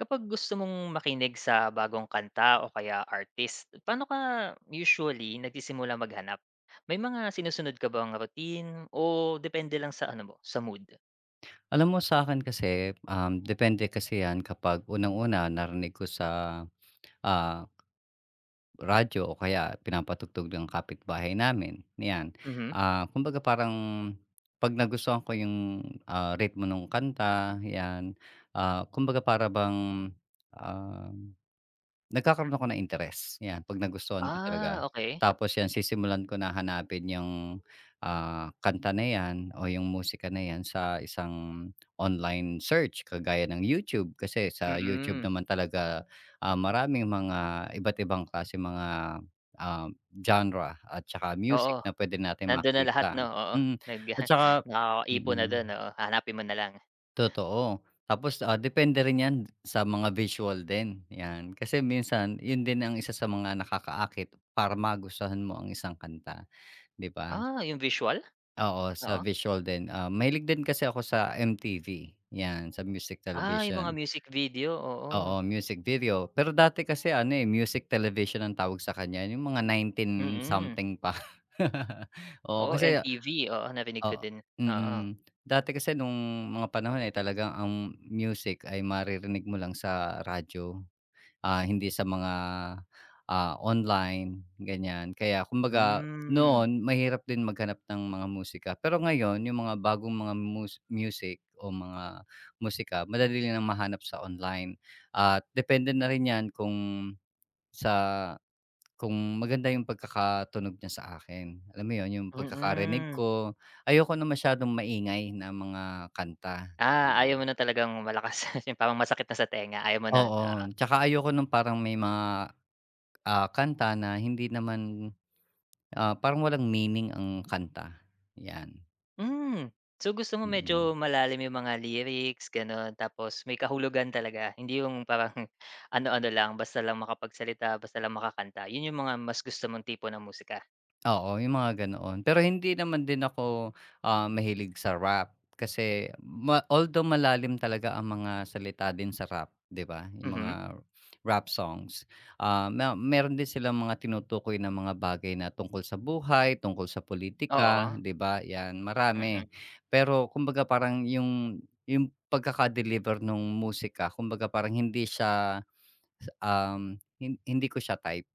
Kapag gusto mong makinig sa bagong kanta o kaya artist, paano ka usually nagsisimula maghanap? May mga sinusunod ka bang routine o depende lang sa ano mo, sa mood? Alam mo sa akin kasi, depende kasi 'yan kapag unang-una narinig ko sa, ah, radyo o kaya pinapatugtog ng kapitbahay namin, 'yan. Mhm. Kumbaga parang 'pag nagustuhan ko yung, ritmo ng kanta, 'yan, kumbaga para bang, ah nagkakaroon ako ng interes, 'yan, 'pag nagustuhan ko Ah, talaga. okay. Tapos 'yan sisimulan ko na hanapin yung, kanta na 'yan o yung musika na 'yan sa isang online search kagaya ng YouTube. Kasi sa YouTube Mm, naman talaga, maraming mga iba't ibang klase mga, um, genre at tsaka oo. music na puwede natin Nandun na lahat makita. 'no, oo. Mm, Nag at tsaka nakakaipon na dun, mm. oo. Hahanapin mo na lang. Totoo. Tapos, depende rin 'yan sa mga visual din, 'yan. Kasi minsan 'yun din ang isa sa mga nakakaakit para magustuhan mo ang isang kanta, 'di ba? Ah, yung visual? Oo, sa Oo. visual din. Ah, mahilig din kasi ako sa MTV, 'yan, sa music Ah, yung mga television. music video, oo. Oo, music video. Pero dati kasi ano, eh, music television ang tawag sa kanya, yung mga nineteen Mm. something pa. Oo, Oo, kasi MTV, oo, narinig ko oo, din. Oo. mm. Dati kasi nung mga panahon, ay talagang ang music ay maririnig mo lang sa radyo, hindi sa mga, online, ganyan. Kaya kumbaga Hmm, noon mahirap din maghanap ng mga musika. Pero ngayon yung mga bagong mga music o mga musika madali nang mahanap sa online at depende na rin 'yan kung sa kung maganda yung pagkakatunog niya sa akin. Alam mo yun, yung pagkakarinig mm. ko. Ayoko ng masyadong maingay na mga kanta Ah, na ayaw mo na talagang malakas yung parang masakit na sa tenga, ayaw mo nun, oo. oo, tsaka ayoko nung parang may mga, kanta na hindi naman, parang walang meaning ang kanta, yan, Hmm, so gusto mo medyo mm. malalim yung mga lyrics gano'n tapos may kahulugan talaga, hindi yung parang ano-ano lang basta lang makapagsalita, basta lang makakanta, yun yung mga mas gusto mong tipo ng musika? Oo, yung mga ganoon. Pero hindi naman din ako, mahilig sa rap kasi although malalim talaga ang mga salita din sa rap, 'di ba? Yung mga Mhm, rap songs. Ah, meron din silang mga tinutukoy na mga bagay na tungkol sa buhay, tungkol sa politika, oo, 'di ba? 'Yan, mm. marami. Pero kumbaga parang yung pagkaka-deliver nung musika kumbaga parang hindi siya, um, hindi ko siya type,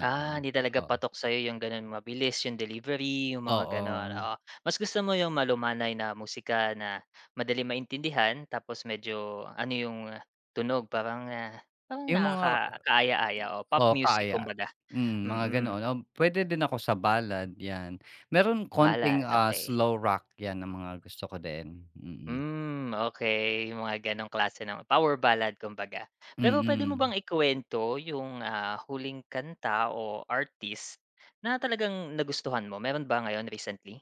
Ah, hindi talaga Oo, patok sa'yo yung gano'n, mabilis yung delivery, yung mga gano'n, oo. oo. Mas gusto mo yung malumanay na musika na madali maintindihan tapos medyo ano yung tunog parang, parang Yung mga nakakaaya-aya, o pop oo, music kaya. kumbaga. Mm, mga Mm, ganoon. O puwede din ako sa ballad, 'yan. Meron ballad, konting, okay. slow rock 'yan ang mga gusto ko din, mm. Hmm, okay yung mga gano'ng klase ng power ballad kumbaga. Pero pwede mo Mm. bang ikuwento yung, huling kanta o artist na talagang nagustuhan mo, meron ba ngayon recently?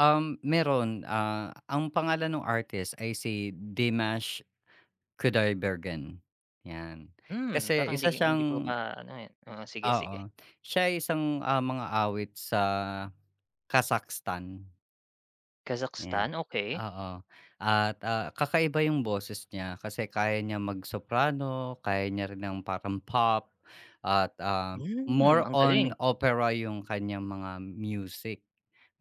Meron, ang pangalan nung artist ay si Dimash Kudaibergen, 'yan. Hmm, parang Kasi hindi isa hindi ko siyang maano, eh. Oo, sige, oo, sige. siya ay isang, mang-aawit sa Kazakhstan. Ayan, Kazakhstan, okey. oo. At, kakaiba yung boses niya kasi kaya niya mag-soprano, kaya niya rin ng parang pop at, Hmm, more ang on galing. opera yung kanyang mga music.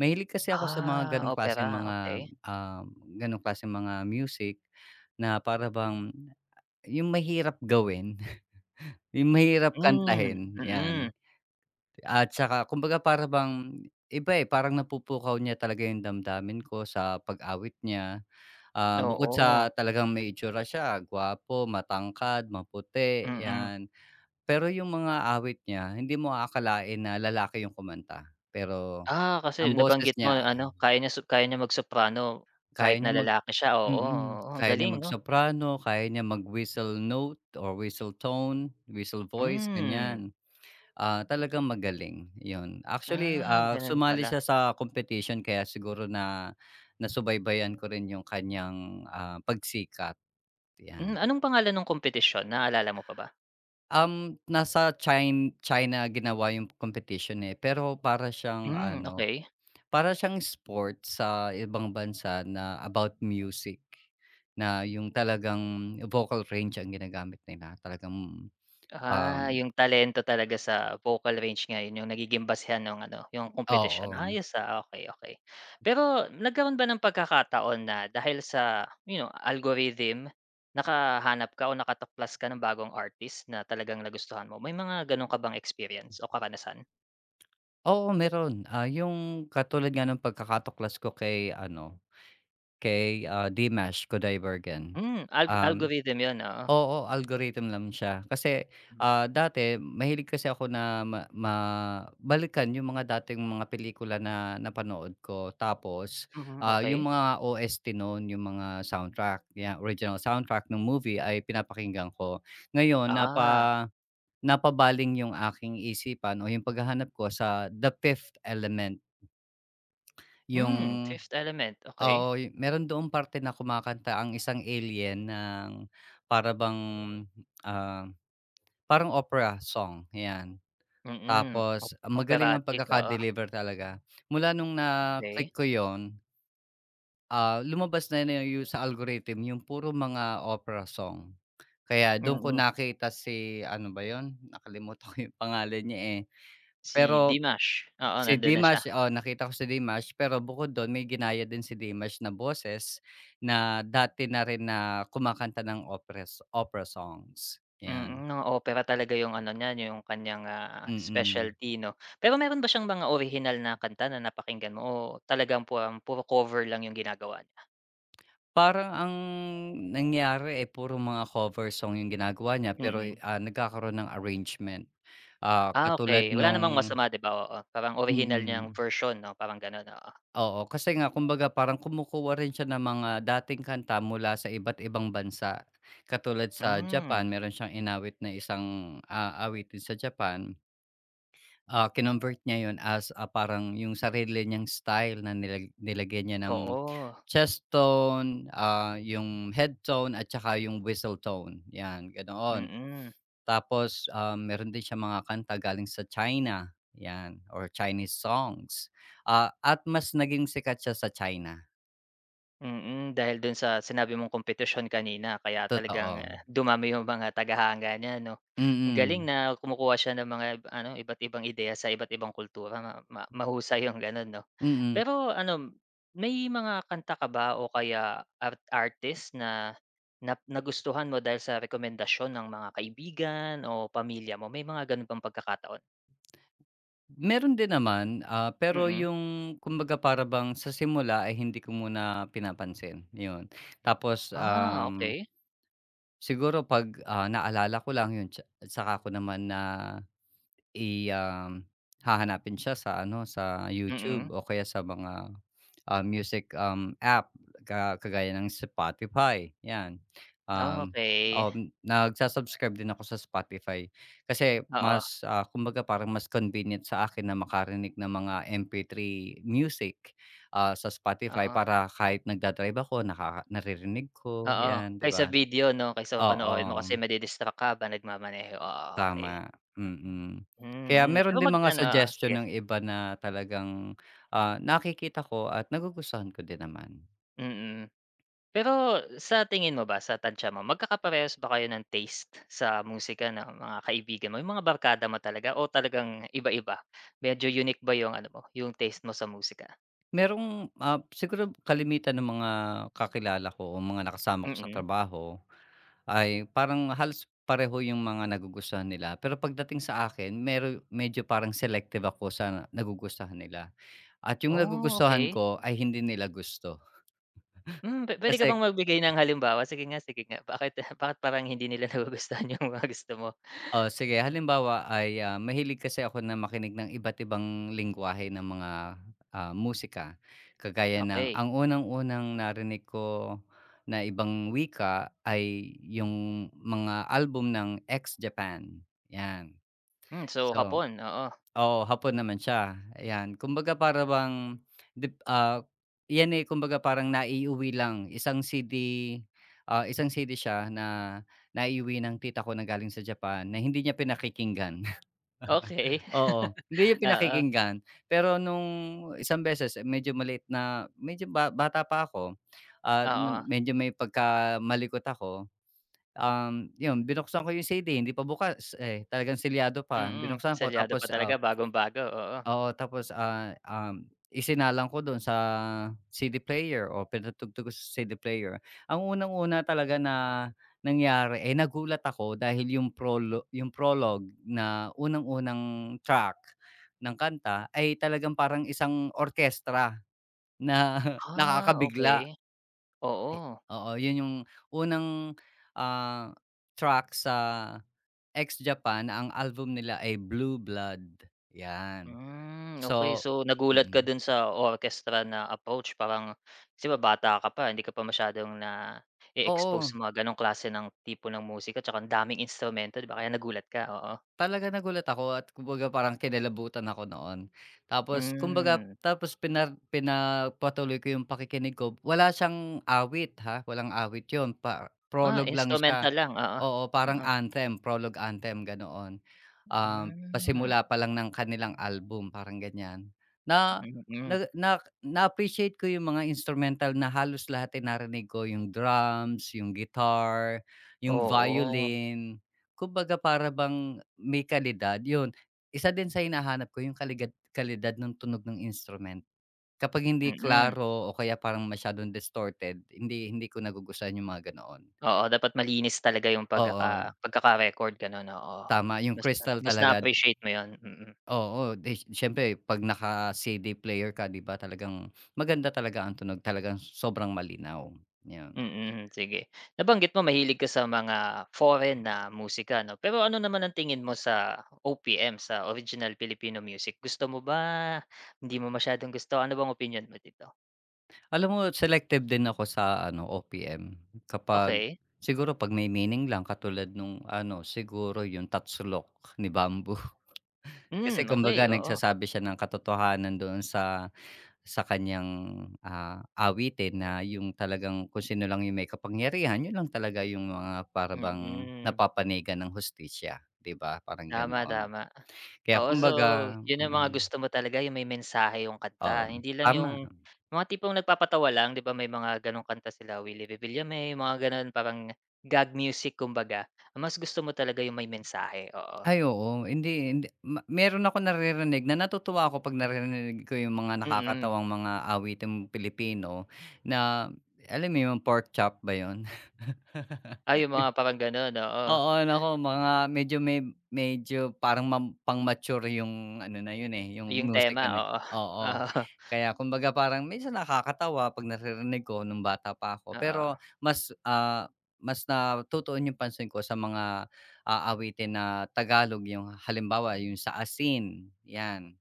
Mahilig kasi ako sa mga Ah, gano'ng klase opera, mga, okey. um, gano'ng klase mga music na para bang yung mahirap gawin, yung mahirap Hmm, kantahin, mm. 'yan. At saka kumbaga para bang iba, eh, parang napupukaw niya talaga yung damdamin ko sa pag-awit niya. Ah, bukod Oo, sa talagang may itsura siya, gwapo, matangkad, maputi, mm. 'yan. Pero yung mga awit niya, hindi mo aakalain na lalaki yung kumanta. Pero Ah, kasi ang boses nabanggit mo niya, ano, kaya niya mag-soprano kaya kahit niya na mag lalaki siya, oo, mm, oo. Ang kaya niya galing 'no? mag-soprano, kaya niya mag-whistle note or whistle tone, whistle voice, Hmm, ganyan. Ah, talagang magaling, yun. Actually, gano'n sumali pala. siya sa competition kaya siguro na nasubaybayan ko rin yung kanyang, pagsikat, Hmm, 'yan. anong pangalan nung kompetisyon, naalala mo pa ba? Nasa China China ginawa yung competition, eh, pero para siyang Hmm, ano, okey. para siyang sport sa ibang bansa na about music, na yung talagang vocal range ang ginagamit nila talagang, um Ah, yung talento talaga sa vocal range ngayon yung nagiging basehan nung ano, yung kompetisyon. oo. Ayos, okay, okay. Pero nagkaroon ba ng pagkakataon na dahil sa algorithm, nakahanap ka o nakatuklas ka ng bagong artist na talagang nagustuhan mo? May mga gano'n ka bang experience o karanasan? Oo, meron, yung katulad nga ng pagkakatuklas ko kay ano, kay, Dimash Kodaibergen. Hmm, Um algorithm 'yun, oo. Oo, algorithm lang siya. Kasi, Hmm, dati mahilig kasi ako na ma ma balikan yung mga dating mga pelikula na napanood ko. Tapos, mm, okey. yung mga OST noon yung mga soundtrack, yung original soundtrack ng movie ay pinapakinggan ko. Ngayon Ah, napabaling yung aking isipan o yung paghahanap ko sa The Fifth Element. hmm, Yung Fifth Element, okay. oo, meron doong parte na kumakanta ang isang alien ng para bang, ah parang opera song, 'yan. Mm, mm Tapos magaling ang operatic, oo, pagkaka-deliver talaga. Mula nung okey. na-click ko 'yun, lumabas na na yung sa algorithm yung puro mga opera song. Kaya don ko Mm. nakita si ano ba 'yun, nakalimutan ko yung pangalan niya, eh. Si Pero Dimash, oo, si nandun na siya. Dimash, oo, nakita ko si Dimash, pero bukod don may ginaya din si Dimash na boses na dati na rin na kumakanta ng opera songs, Mm, 'yan. mga opera talaga yung ano niya, yung kanyang Mm. specialty 'no. Pero meron ba siyang mga orihinal na kanta na napakinggan mo o talagang puro cover lang yung ginagawa niya? Parang ang nangyari, eh, puro mga cover song yung ginagawa niya pero, Mm. Nagkakaroon ng arrangement. Ah, Ah, okey. katulad Wala namang nung masama 'di ba, oo. Parang orihinal niyang mm, version 'no, parang gano'n, oo. oo. Kasi nga kumbaga parang kumukuha rin siya ng mga dating kanta mula sa iba't ibang bansa. Katulad sa Hmm, Japan meron siyang inawit na isang, awitin sa Japan. Ah, kinonvert niya yun as, parang yung sarili niyang style na nilagyan niya ng oo, chest tone, yung head tone at saka yung whistle tone, 'yan, ganoon. mm. Tapos, meron din siyang mga kanta galing sa China, 'yan, or Chinese songs. Ah, at mas naging sikat siya sa China, Mm, dahil dun sa sinabi mong kompetisyon kanina kaya talagang, totoo. Dumami yung mga tagahanga niya 'no. Ang galing Mm, na kumukuha siya ng mga ano, iba't ibang ideya sa iba't ibang kultura, ma ma mahusay yung gano'n 'no. mm. Pero ano, may mga kanta ka ba o kaya artist na nagustuhan mo dahil sa rekomendasyon ng mga kaibigan o pamilya mo? May mga gano'n bang pagkakataon? Meron din naman, pero Mm. yung kumbaga para bang sa simula ay hindi ko muna pinapansin, yun. Tapos, Ah, okay. siguro 'pag, naalala ko lang yun saka ko naman na I, um, hahanapin siya sa ano, sa Mm. YouTube o kaya sa mga, music, app kagaya ng Spotify, 'yan. Ah, Um, okay. um, nagsa-subscribe din ako sa Spotify kasi Oo, mas, kumbaga parang mas convenient sa akin na makarinig ng mga MP3 music, sa Spotify oo. para kahit nagda-drive ako naririnig ko, Oo, 'yan, 'di kaysa ba? video 'no, kaysa panoorin mo kasi Oo. madi-distract ka habang nagmamaneho, oo, okey. Tama, mm. Kaya Mm, pero meron din mga ano, oo, suggestion sige, ng iba na talagang, nakikita ko at nagugustuhan ko din naman. mm. Pero sa tingin mo ba, sa tantiya mo, magkakaparehas ba kayo ng taste sa musika ng mga kaibigan mo, yung mga barkada mo talaga o talagang iba-iba? Medyo unique ba yung ano mo, yung taste mo sa musika? Merong, siguro kalimitan ng mga kakilala ko o mga nakasama ko sa Mm. trabaho ay parang halos pareho yung mga nagugustuhan nila. Pero pagdating sa akin medyo parang selective ako sa nagugustuhan nila at yung Oh, nagugustuhan okey. ko ay hindi nila gusto. Hmm, puwede ka bang Kasi magbigay ng halimbawa? Sige nga, sige nga. Bakit bakit parang hindi nila nagugustuhan yung mga gusto mo? oh, sige halimbawa ay, mahilig kasi ako na makinig ng iba't ibang lengguwahe ng mga, musika. Kagaya ng Okey. ang unang-unang narinig ko na ibang wika ay yung mga album ng ex-Japan, 'yan. Hmm, so So hapon, oo. oo, hapon naman siya, ayan. Kumbaga para bang dip ah, 'yan, eh, kumbaga parang naiuwi lang, isang CD, isang CD siya na naiuwi ng tita ko na galing sa Japan na hindi niya pinakikinggan. Okey. Oo, hindi niya Oo, pinakikinggan. Pero nung isang beses, eh, medyo maliit na medyo bata pa ako at oo. nun medyo may pagkamalikot ako, 'yun binuksan ko yung CD hindi pa bukas, eh, talagang selyado pa. Mm, Binuksan ko selyado pa tapos, talaga bagong-bago, oo. oo, tapos, isinalang ko don sa CD player o pinatugtog ko sa CD player. Ang unang-una talaga na nangyari, eh, nagulat ako dahil yung yung prologue na unang-unang track ng kanta ay talagang parang isang orkestra na Ah, nakakabigla. okey. Oo. Oo, yun yung unang, ah, track sa X-Japan na ang album nila ay Blue Blood, yan. Hmm, okey. So So, nagulat ka mm. dun sa orchestra na approach, parang kasi bata ka pa, hindi ka pa masyadong na-e-expose Oo, sa mga ganong klase ng tipo ng musika tsaka ang daming instrumento, 'di ba? Kaya nagulat ka, oo. talaga nagulat ako at kumbaga parang kinalabutan ako noon. Tapos kumbaga Hmm, tapos pinagpatuloy ko yung pakikinig ko. Wala siyang awit ha, walang awit yon pa, prologue lang siya. instrumental lang, oo. Oo, parang Oo. anthem, prologue anthem, ganoon. Hmm, Pasimula pa lang ng kanilang album, parang ganyan. Na mm. na na na-appreciate ko yung mga instrumental na halos lahat ay narinig ko, yung drums, yung guitar, yung Oo, violin. Kumbaga para bang may kalidad, yun. Isa din sa hinahanap ko yung kalidad ng tunog ng instrument. Kapag hindi mm. klaro o kaya parang masyadong distorted, hindi hindi ko nagugustuhan yung mga ganoon. Oo, dapat malinis talaga yung Oo. pagkaka-record gano'n, oo. Tama, yung Mas crystal mas talaga. na-appreciate mo yun, mm. Oo, di siyempre 'pag naka-CD player ka, 'di ba talagang maganda talaga ang tunog, talagang sobrang malinaw, 'yon. Mm, sige. Nabanggit mo mahilig ka sa mga foreign na musika 'no, pero ano naman ang tingin mo sa OPM, sa Original Filipino Music? Gusto mo ba, hindi mo masyadong gusto? Ano bang opinyon mo dito? Alam mo selective din ako sa ano, OPM kapag Okey. siguro 'pag may meaning lang katulad nung ano, siguro yung Tatsulok ni Bamboo. Kasi Hmm, kumbaga okey, oo. nagsasabi siya ng katotohanan doon sa kanyang awitin na yung talagang kung sino lang yung may kapangyarihan, yun lang talaga yung mga para bang Mm, napapanigan ng hustisya, 'di ba, parang tama, ganoon. tama. Kaya Oo, so kumbaga yun ang mga mm, gusto mo talaga, yung may mensahe yung kanta, oo, hindi lang tama. yung mga tipong nagpapatawa lang, 'di ba, may mga ganong kanta sila Willie Revillame, mga ganon parang gag music kumbaga. Mas gusto mo talaga yung may mensahe, oo. Ay oo, hindi hindi meron akong naririnig na natutuwa ako 'pag naririnig ko yung mga Mm. nakakatawang mga awiting Pilipino na alam mo yung pork chop ba yun? Ah, yung mga parang ganon, oo. Oo, naku mga medyo may medyo parang pang-mature yung ano na yun, eh, yung Yung tema, musika na, eh, oo. oo. Kaya kumbaga parang minsan nakakatawa 'pag naririnig ko nung bata pa ako, Oo, oo. pero mas, mas natutuon yung pansin ko sa mga, awitin na Tagalog, yung halimbawa yung sa Asin, 'yan.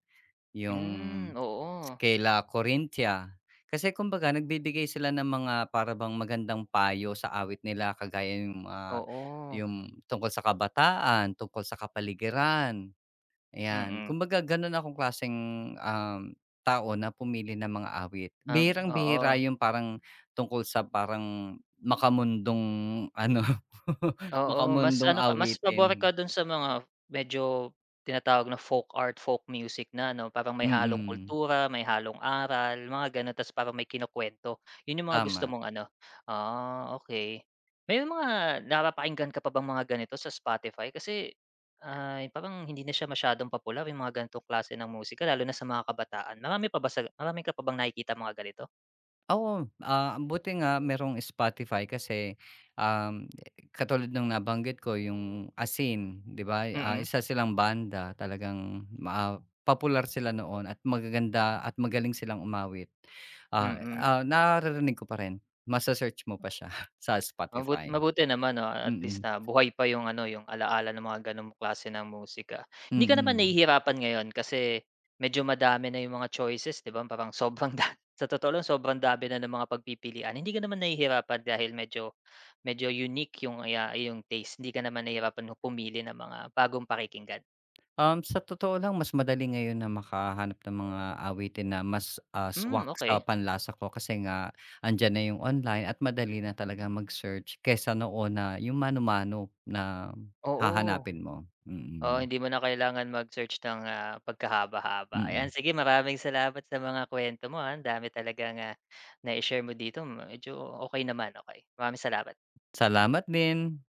Yung Hmm, oo. kaila Corinthia. Kasi kumbaga nagbibigay sila ng mga para bang magandang payo sa awit nila kagaya yung, Oo. yung tungkol sa kabataan, tungkol sa kapaligiran, ayan. Mm. Kumbaga gano'n akong klaseng, um, tao na pumili ng mga awit. Bihirang-bihira Oo. yung parang tungkol sa parang makamundong ano, Oo, mas makamundong ano ka mas pabor awitin. ka dun sa mga medyo tinatawag na folk art, folk music na ano, parang may halong Mm, kultura, may halong aral, mga gano'n ta's parang may kinukuwento. Yun yung mga gusto tama. mong ano? Ah, okey. May mga napapakinggan ka pa bang mga ganito sa Spotify? Kasi, ay parang hindi na siya masyadong popular yung mga ganitong klase ng musika lalo na sa mga kabataan. Marami ka pa bang nakikitang mga ganito? Oo, buti nga merong Spotify kasi, um, katulad ng nabanggit ko yung Asin, 'di ba, Mm, isa silang banda talagang popular sila noon at magaganda at magaling silang umawit. Mm. Naririnig ko pa rin, mase-search mo pa siya sa Spotify. Mabuti naman 'no, at least Mm, na buhay pa yung ano, yung ala-ala ng mga gano'ng klase ng musika. mm. Hindi ka naman Mm. nahihirapan ngayon kasi medyo madami na yung mga choices, 'di ba, parang sobrang da sa totoo lang sobrang dami na ng mga pagpipilian. Hindi ka naman nahihirapan dahil medyo medyo unique yung taste, hindi ka naman nahihirapan nung pumili ng mga bagong pakikinggan. Sa totoo lang mas madali ngayon na makahanap ng mga awitin na mas, Hmm, swak sa okay, panlasa ko kasi nga andiyan na yung online at madali na talagang mag-search kaysa noon na yung mano-mano na oo. hahanapin mo. Oo, Mm. hindi mo na kailangan mag-search ng, Mm, pagkahaba-haba. Ayan, mm. sige, maraming salamat sa mga kwento mo, ang dami talagang, nai-share mo dito, medyo okay naman, okay. Maraming salamat. Salamat din.